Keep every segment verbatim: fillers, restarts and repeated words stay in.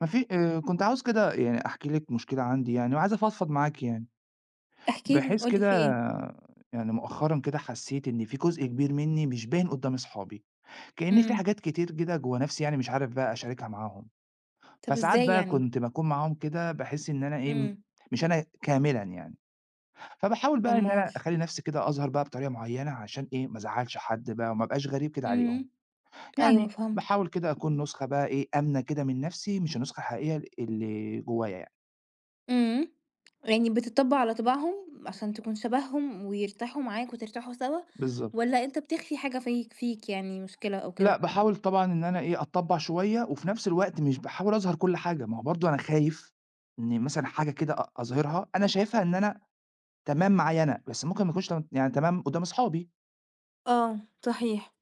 ما في آآ كنت عاوز كده يعني أحكي لِك مشكلة عندي يعني وعايز أفضفض معاكِ يعني، احكِ لي، بحيث قُل لي كده في إيه؟ يعني مؤخرًا كده حسيت إن في جزء كبير مني مش باين قدّام أصحابي، كإن في إمم. حاجات كتير كده جوّه نفسي يعني مش عارف بقى أشاركها معاهم، طَب فساعات إزاي بقى يعني؟ كنت باكون معاهم كده باحس إن أنا إيه، م إمم. مش أنا كاملًا يعني، فباحاول بقى إن أُمّال؟ أنا أخلّي نفسي كده أظهر بقى بطريقة معيّنة عشان إيه، ما أزعّلش حد بقى وما أبقاش غريب كده عليهم، إمم. أيوه يعني فهمتِك. باحاول كده أكون نسخة بقى إيه، آمنة كده من نفسي مش النسخة الحقيقية ال اللي جوايا يعني، إمم. يعني بتطبّق على طباعهم عشان تكون شبههم ويرتاحوا معاك وترتاحوا سوا، بالضبط. والّا أنت بتخفي حاجة فيك فيك يعني مشكلة أو لأ، كده؟ باحاول طبعًا إن أنا إيه، أتطبّع شوية وفي نفس الوقت مش باحاول أظهر كل حاجة، ما هو برضه أنا خايف إن مثلًا حاجة كده أ أظهرها أنا شايفها إن أنا تمام معايا أنا، بس ممكن ما أكونش تم يعني تمام قدّام أصحابي، آه، صحيح.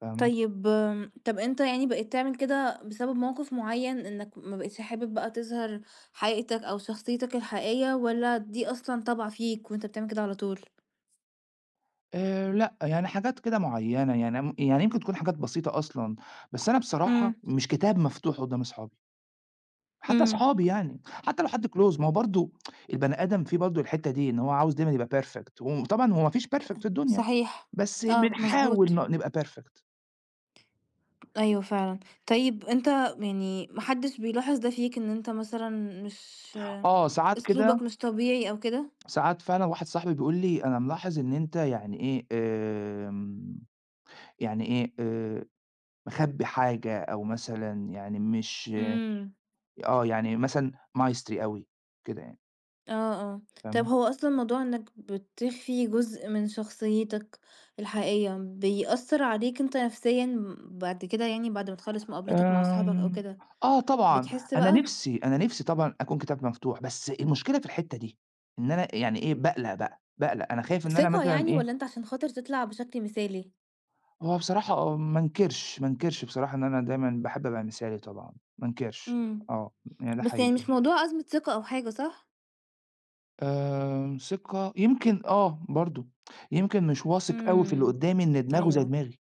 فاهمة؟ طيب آمم، طَب أنت يعني بقيت تعمل كده بسبب موقف معيّن إنك ما بقيتش حابب بقى تظهر حقيقتك أو شخصيتك الحقيقية والّا دي أصلًا طَبع فيك وأنت بتعمل كده على طول؟ آآ لأ، يعني حاجات كده معيّنة، يعني م يعني يمكن تكون حاجات بسيطة أصلًا، بس أنا إمم، بصراحة مش كتاب مفتوح قدّام أصحابي، حتى إمم. أصحابي يعني، حتى لو حد close ما هو برضه البني آدم فيه برضه الحتّة دي إن هو عاوز دايمًا يبقى perfect وطبعًا هو ما فيش perfect في الدنيا، صحيح. بس آه، بنحاول مضبوط. ن نبقى perfect. أيوه فعلًا. طيب أنت يعني ما حدش بيلاحظ ده فيك إن أنت مثلًا مش آه، ساعات كده أسلوبك مش طبيعي أو كده؟ ساعات فعلًا واحد صاحبي بيقول لي: "أنا ملاحظ إن أنت يعني إيه، آمم، يعني إيه، آآ، مخبّي حاجة أو مثلًا يعني مش إمم. آه، يعني مثلًا مايستري أوي." كده يعني، آه، آه. طب فاهمة؟ هو أصلًا موضوع إنك بتخفي جزء من شخصيتك الحقيقية بيأثّر عليك أنت نفسيًا بعد كده يعني بعد ما تخلّص مقابلتك مع أصحابك أو آمم، كده، آه طبعًا، بتحس أنا بقى نِفْسي أنا نِفْسي طبعًا أكون كتاب مفتوح، بس المشكلة في الحتّة دي، إن أنا يعني إيه، باقلق بقى، باقلق، أنا خايف إن أنا ثقة مثلًا يعني إيه والّا أنت عشان خاطر تطلع بشكل مثالي؟ هو بصراحة آه، ما انكرش ما انكرش بصراحة إن أنا دايمًا باحب أبقى مثالي طبعًا، ما انكرش، إمم. آه، يعني ده بس يعني حقيقي. مش موضوع أزمة ثقة أو حاجة، صح؟ آمم، ثقة يمكن آه، برضه، يمكن مش واثق أوي في اللي إمم. قدّامي إن دماغه زي أيوه، دماغي،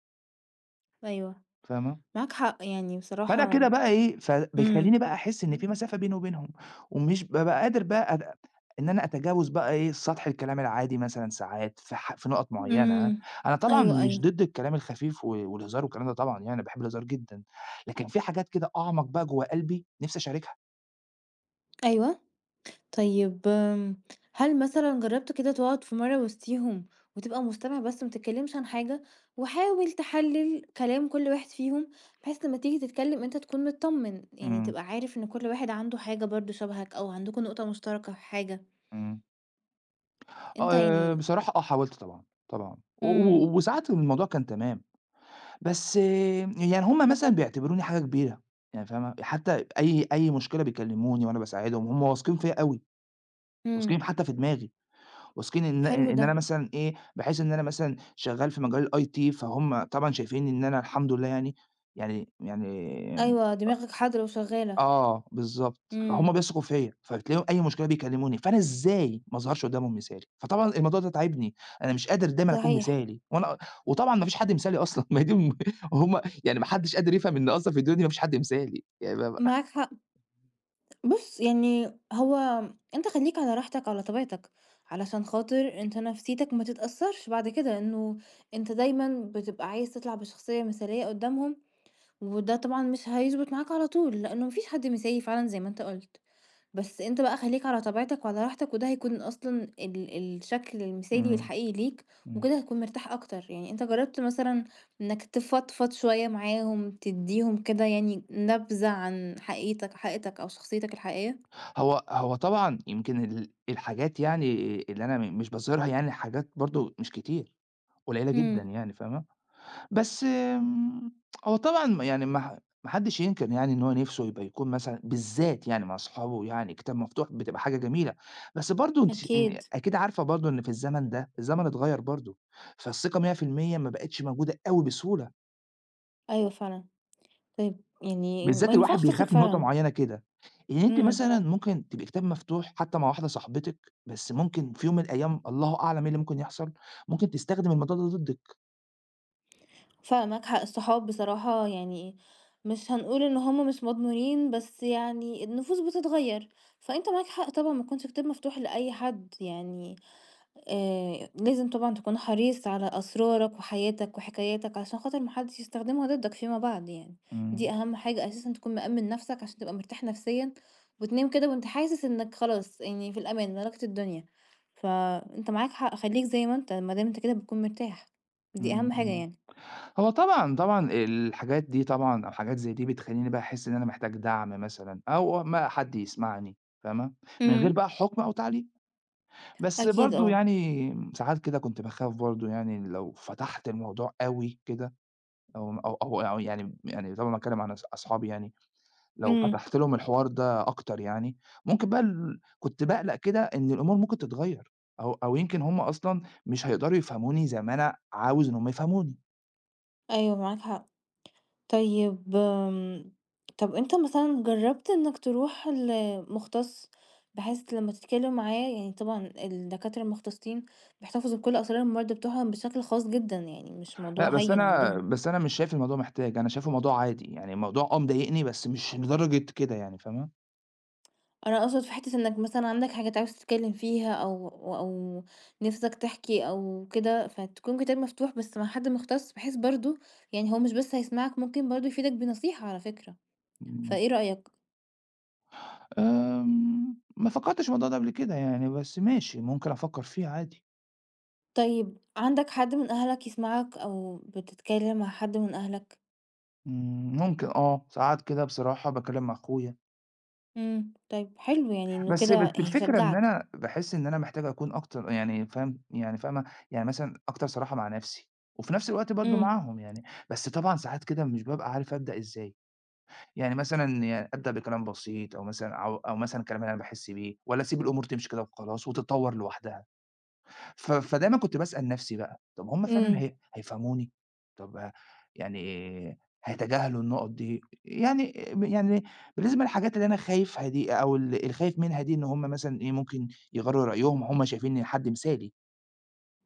أيوه، فاهمة؟ معاك حق يعني فأنا كده بصراحة. بقى إيه، إمم، فبيخلّيني بقى أحس إن في مسافة بيني وبينهم، ومش بابقى قادر بقى أد إن أنا أتجاوز بقى إيه، سطح الكلام العادي مثلًا ساعات في ح في نُقط معيّنة، إمم، أنا طبعًا أيوه، أيوه، مش ضد الكلام الخفيف و والهزار والكلام ده طبعًا يعني، أنا باحب الهزار جدًا، لكن في حاجات كده أعمق بقى جوّه قلبي نِفْسي أشاركها. أيوه، طيب آمم، هل مثلًا جرّبت كده تقعد في مرة وسطيهم وتبقى مستمع بس ما تتكلمش عن حاجة، وحاول تحلل كلام كل واحد فيهم، بحيث لمّا تيجي تتكلم أنت تكون متطمن، يعني إمم، تبقى عارف إن كل واحد عنده حاجة برضه شبهك أو عندكم نقطة مشتركة في حاجة، إمم، أنت آه، يعني بصراحة آه، حاولت طبعًا، طبعًا، و إمم، و وساعات الموضوع كان تمام. بس يعني هم مثلًا بيعتبروني حاجة كبيرة، يعني فاهمة؟ حتى أي أي مشكلة بيكلموني وأنا باساعدهم، هم واثقين فيّا أوي، إمم، واثقين حتى في دماغي، واثقين إن حلو إن ده، أنا مثلًا إيه، بحيث إن أنا مثلًا شغال في مجال الIT فهُم طبعًا شايفين إن أنا الحمد لله يعني يعني يعني أيوه دماغك حاضرة وشغالة، آه، بالضبط. فهُم إمم، بيثقوا فيّا، فبتلاقيهم أي مشكلة بيكلموني، فأنا إزاي ما أظهرش قدّامهم مثالي؟ فطبعًا الموضوع ده تاعبني، أنا مش قادر دايمًا أكون صحيح، مثالي، وأنا وطبعًا ما فيش حد مثالي أصلًا، ما هي دي م هُم يعني ما حدش قادر يفهم إن أصلًا في الدنيا دي ما فيش حد مثالي، يعني ما ما معاك حق. بُص، يعني هو أنت خلّيك على راحتك، على طبيعتك، علشان خاطر أنت نفسيتك ما تتأثّرش بعد كده، إنه أنت دايمًا بتبقى عايز تطلع بشخصية مثالية قدّامهم، وده طبعًا مش هيضبط معاك على طول، لإنه ما فيش حد مثالي فعلًا زي ما أنت قُلت، بس أنت بقى خلّيك على طبيعتك وعلى راحتك، وده هيكون أصلًا ال الشكل المثالي إمم، الحقيقي ليك، إمم. وكده هتكون مرتاح أكتر، يعني أنت جرّبت مثلًا إنك تفضفض شوية معاهم، تدّيهم كده يعني نبذة عن حقيقتك حقيقتك أو شخصيتك الحقيقية؟ هو هو طبعًا يمكن ال الحاجات يعني اللي أنا م مش باظهرها يعني حاجات برضه مش كتير، قليلة جدًا إمم، يعني، فاهمة؟ بس آمم، هو طبعًا م يعني ما ح ما حدّش ينكر يعني إن هو نِفْسه يبقى يكون مثلًا بالذات يعني مع أصحابه يعني كتاب مفتوح بتبقى حاجة جميلة، بس برضه أنتِ ن أكيد، أكيد عارفة برضه إن في الزمن ده، الزمن اتغيّر برضه، فالثقة مية في المية ما بقتش موجودة أوي بسهولة، أيوه فعلًا. طيب يعني ما بالذات الواحد ينفعش تثق بيخاف من نقطة فعلًا، معيّنة كده، يعني أنتِ إمم، مثلًا ممكن تبقي كتاب مفتوح حتى مع واحدة صاحبتِك، بس ممكن في يوم من الأيام الله أعلم إيه اللي ممكن يحصل، ممكن تستخدم الموضوع ده ضدِّك. فعلًا معاك حق، الصحاب بصراحة يعني مش هنقول إن هم مش مضمونين، بس يعني النفوس بتتغيّر، فأنت معاك حق طبعًا ما تكونش الباب مفتوح لأي حد يعني آآ لازم طبعًا تكون حريص على أسرارك وحياتك وحكاياتك عشان خاطر ما حدش يستخدمها ضدك فيما بعد يعني، دي إمم، أهم حاجة أساسًا تكون مأمِّن نفسك عشان تبقى مرتاح نفسيًا، وتنام كده وأنت حاسس إنك خلاص يعني في الأمان، ملكت الدنيا. فأنت معاك حق، خليك زي ما أنت ما دام أنت كده بتكون مرتاح، دي أهم إمم، حاجة إمم. يعني. هو طبعًا، طبعًا الحاجات دي طبعًا أو حاجات زي دي بتخلّيني بقى أحس إن أنا محتاج دعم مثلًا أو ما حد يسمعني فاهمة، من غير إمم. بقى حُكم أو تعليق، بس أكيد برضه آه، يعني ساعات كده كنت باخاف برضه يعني لو فتحت الموضوع أوي كده أو أو أو أو يعني يعني طبعًا باتكلم عن أص أصحابي يعني، لو إمم، فتحت لهم الحوار ده أكتر يعني، ممكن بقى ال كنت باقلق كده إن الأمور ممكن تتغيّر أو أو يمكن هُم أصلًا مش هيقدروا يفهموني زي ما أنا عاوز إن هُم يفهموني. أيوه معاك حق. طيب آمم، طَب أنت مثلًا جرّبت إنك تروح لمُختص، بحيث لمّا تتكلم معاه يعني طبعًا الدكاترة المختصين بيحتفظوا بكل أسرار المرضى بتوعهم بشكل خاص جدًا، يعني مش موضوع لأ، بس هين أنا عندهم. بس أنا مش شايف الموضوع محتاج، أنا شايفه موضوع عادي، يعني الموضوع آه مضايقني، بس مش لدرجة كده يعني فاهمة؟ أنا أقصد في حتّة إنك مثلًا عندك حاجات عاوز تتكلم فيها أو أو نِفْسك تحكي أو كده، فتكون كتاب مفتوح بس مع حد مختص، بحيث برضه يعني هو مش بس هيسمعك، ممكن برضه يفيدك بنصيحة على فكرة، إمم، فإيه رأيك؟ آمم، ما فكّرتش في الموضوع ده قبل كده يعني، بس ماشي ممكن أفكّر فيه عادي، طيب عندك حد من أهلك يسمعك أو بتتكلم مع حد من أهلك؟ إمم، ممكن آه، ساعات كده بصراحة باتكلّم مع أخويا، إمم، طيب حلو يعني إنه بس كده بس الفكرة إن هيشجعك. أنا باحس إن أنا محتاج أكون أكتر يعني فاهم يعني فاهمة، يعني مثلًا أكتر صراحة مع نَفْسي، وفي نَفْس الوقت برضه إمم، معاهم يعني، بس طبعًا ساعات كده مش بابقى عارف أبدأ إزاي. يعني مثلًا يعني أبدأ بكلام بسيط أو مثلًا أو أو مثلًا كلام أنا باحس بيه والّا أسيب الأمور تمشي كده وخلاص وتتطور لوحدها. ف فدايمًا كنت باسأل نفسي بقى، طب هم فعلًا إمم، هي هيفهموني؟ طب آه، يعني هيتجاهلوا النقط دي؟ يعني يعني بالنسبة للحاجات اللي أنا خايفها دي أو ال الخايف منها دي إن هم مثلًا إيه، ممكن يغيّروا رأيهم، هم شايفينّي حد مثالي.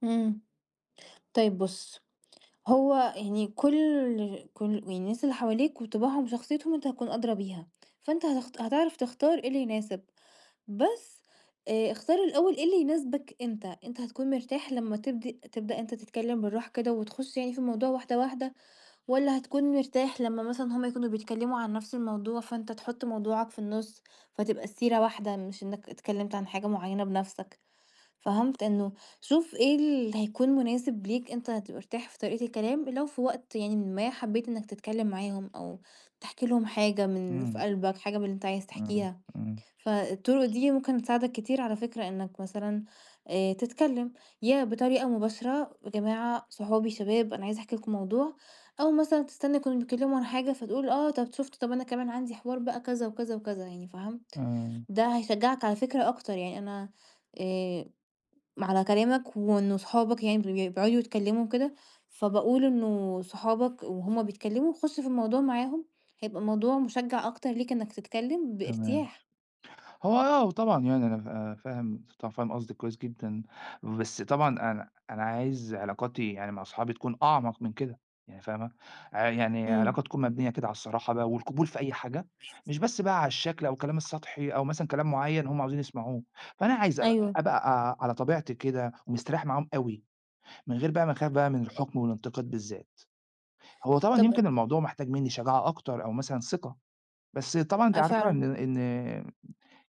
إمم. طيب بُص، هو يعني كل كل يعني الناس اللي حواليك وطباعهم وشخصيتهم أنت هتكون أدرى بيها، فأنت هتخت هتعرف تختار إيه اللي يناسب، بس آآ اختار الأول إيه اللي يناسبك أنت، أنت هتكون مرتاح لمّا تبد تبدأ أنت تتكلم بالراحة كده وتخش يعني في الموضوع واحدة، واحدة. والّا هتكون مرتاح لمّا مثلًا هُم يكونوا بيتكلموا عن نفس الموضوع، فأنت تحط موضوعك في النُص، فتبقى السيرة واحدة، مش إنك اتكلمت عن حاجة معينة بنفسك، فهمت؟ إنه شوف إيه اللي هيكون مناسب ليك أنت هتبقى مرتاح في طريقة الكلام، لو في وقت يعني ما حبيت إنك تتكلم معاهم أو تحكي لهم حاجة من اللي في إمم، قلبك، حاجة من اللي أنت عايز إمم، تحكيها. إمم، فالطرق دي ممكن تساعدك كتير على فكرة إنك مثلًا آآ تتكلم، يا بطريقة مباشرة يا جماعة صحابي شباب أنا عايزة أحكي لكم موضوع، أو مثلًا تستنى يكونوا بيتكلموا عن حاجة فتقول آه طب شُفتوا طب أنا كمان عندي حوار بقى كذا وكذا وكذا يعني فاهم؟ آه، ده هيشجعك على فكرة أكتر يعني أنا آآ على كلامك وإنه صحابك يعني بي بيقعدوا يتكلموا كده، فباقول إنه صحابك وهُم بيتكلموا خُش في الموضوع معاهم، هيبقى الموضوع مشجع أكتر ليك إنك تتكلم تمام. بارتياح. هو آه، طبعًا يعني أنا ف فاهم طبعًا فاهم قصدِك كويس جدًا، بس طبعًا أنا أنا عايز علاقاتي يعني مع أصحابي تكون أعمق من كده، يعني فاهمة؟ ع يعني إمم، علاقة تكون مبنية كده على الصراحة بقى والقبول في أي حاجة، مش بس بقى على الشكل أو الكلام السطحي أو مثلًا كلام معيّن هم عاوزين يسمعوه، فأنا عايز أبقى أيوه. أبقى على طبيعتي كده ومستريح معاهم أوي، من غير بقى ما أخاف بقى من الحكم والانتقاد بالذات. هو طبعًا طب يمكن الموضوع محتاج مني شجاعة أكتر أو مثلًا ثقة، بس طبعًا أنتِ آه عارفة فعلًا، إن إن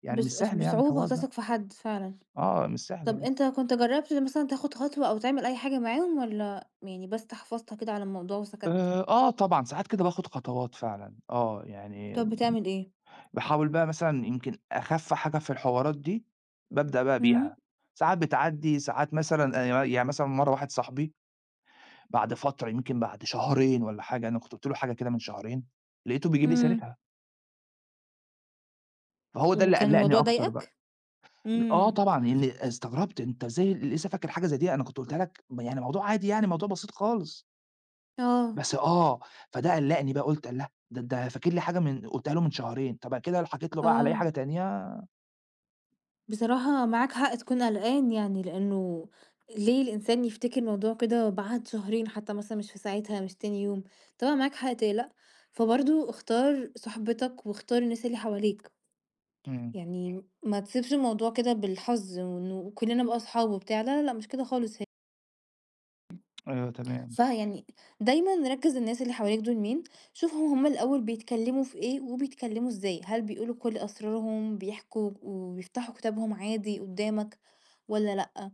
يعني بص مش أص سهل يعني بصعوبة الحوار ده. هتثق في حد فعلًا. آه، مش سهل طب يعني. أنت كنت جرّبت مثلًا تاخد خطوة أو تعمل أي حاجة معاهم والّا يعني بس حفظت كده على الموضوع وسكت؟ آآ، آه طبعًا، ساعات كده باخد خطوات فعلًا، آه، يعني طب بتعمل إيه؟ باحاول بقى مثلًا يمكن أخَف حاجة في الحوارات دي، بابدأ بقى إمم، بيها، ساعات بتعدّي، ساعات مثلًا آآ، يعني مثلًا مرّة واحد صاحبي بعد فترة يمكن بعد شهرين والّا حاجة، أنا كنت قُلت له حاجة كده من شهرين، لقيته بيجيب لي إمم. سيرتها، فهو ده اللي وكان قلّقني الموضوع أكتر بقى. ضايقك؟ آه إمم. طبعًا، لإن استغربت، أنت إزاي لسه فاكر حاجة زي دي؟ أنا كنت قُلتها لك م يعني موضوع عادي يعني، موضوع بسيط خالص. آه، بس آه، فده قلّقني بقى قُلت الله! ده ده فاكر لي حاجة من قُلتها له من شهرين، طَب كده لو حكيت له بقى على أي آه. حاجة تانية بصراحة معاك حق تكون قلقان يعني، لإنه ليه الإنسان يفتكر الموضوع كده بعد شهرين حتى مثلًا مش في ساعتها، مش تاني يوم. طبعًا معاك حق تقلق، فبرضه اختار صحبتك واختار الناس اللي حواليك. إمم، يعني ما تسيبش الموضوع كده بالحظ وإنه كلنا نبقى أصحاب وبتاع، لا، لا، لأ، مش كده خالص. أيوه تمام، فيعني دايمًا ركّز الناس اللي حواليك دول مين، شوفهم هُم الأول بيتكلّموا في إيه وبيتكلّموا إزاي، هل بيقولوا كل أسرارهم، بيحكوا وبيفتحوا كتابهم عادي قدّامك والّا لأ،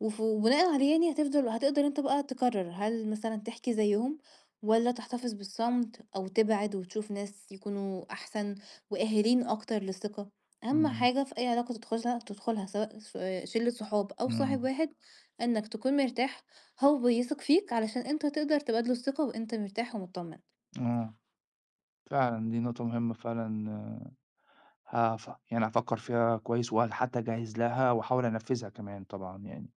وف وبناءً عليه يعني هتفضل هتقدر أنت بقى تقرّر هل مثلًا تحكي زيّهم والّا تحتفظ بالصمت أو تبعد وتشوف ناس يكونوا أحسن وقاهرين أكتر للثقة، أهم إمم، حاجة في أي علاقة تدخلها تدخلها سواء ص شِلّة صحاب أو صاحب إمم، واحد إنك تكون مرتاح هو بيثق فيك علشان انت تقدر تبادله الثقة وانت مرتاح ومطمن. آه، فعلًا دي نقطة مهمة فعلًا هاف يعني هافكّر فيها كويس وهل حتى أجهّز لها وأحاول أنفّذها كمان طبعًا يعني،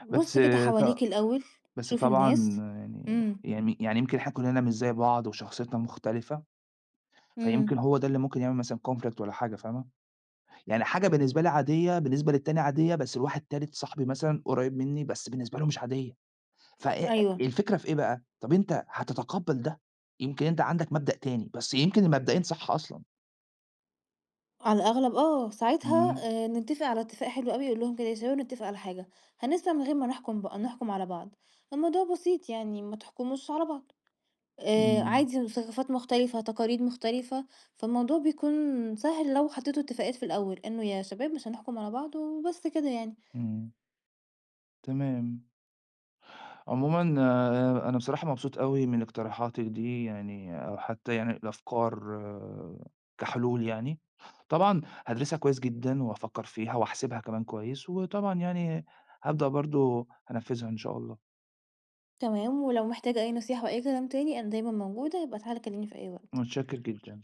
بص بس كده حواليك ط الأول بس شوف طبعًا الناس. يعني امم يعني يعني يمكن إحنا كُلّنا مش زي بعض وشخصيتنا مختلفة، فيمكن امم هو ده اللي ممكن يعمل مثلًا conflict والّا حاجة، فاهمة؟ يعني حاجة بالنسبة لي عادية، بالنسبة للتاني عادية، بس لواحد تالت صاحبي مثلًا قريب منّي، بس بالنسبة له مش عادية، فإيه ايوه الفكرة في إيه بقى، طَب أنت هتتقبّل ده، يمكن أنت عندك مبدأ تاني، بس يمكن المبدئين صح أصلًا. على الأغلب اه ساعتها إمم، آه، نتفق على اتفاق حلو قوي يقول لهم كده يا شباب نتفق على حاجة هنسمع من غير ما نحكم بقى نحكم على بعض. الموضوع بسيط يعني ما تحكموش على بعض. آه إمم، عادي ثقافات مختلفة تقاليد مختلفة. فالموضوع بيكون سهل لو حطيتوا اتفاقات في الأول انه يا شباب مش هنحكم على بعض وبس كده يعني. إمم، تمام. عمومًا آآ، أنا بصراحة مبسوط أوي من اقتراحاتِك دي يعني أو حتى يعني الأفكار كحلول يعني، طبعًا هادرسها كويس جدًا وهافكّر فيها وهاحسبها كمان كويس، وطبعًا يعني هابدأ برضه أنفّذها إن شاء الله. تمام، ولو محتاجة أي نصيحة أو أي كلام تاني أنا دايمًا موجودة، يبقى تعالَ كلمني في أي وقت. متشكر جدًا.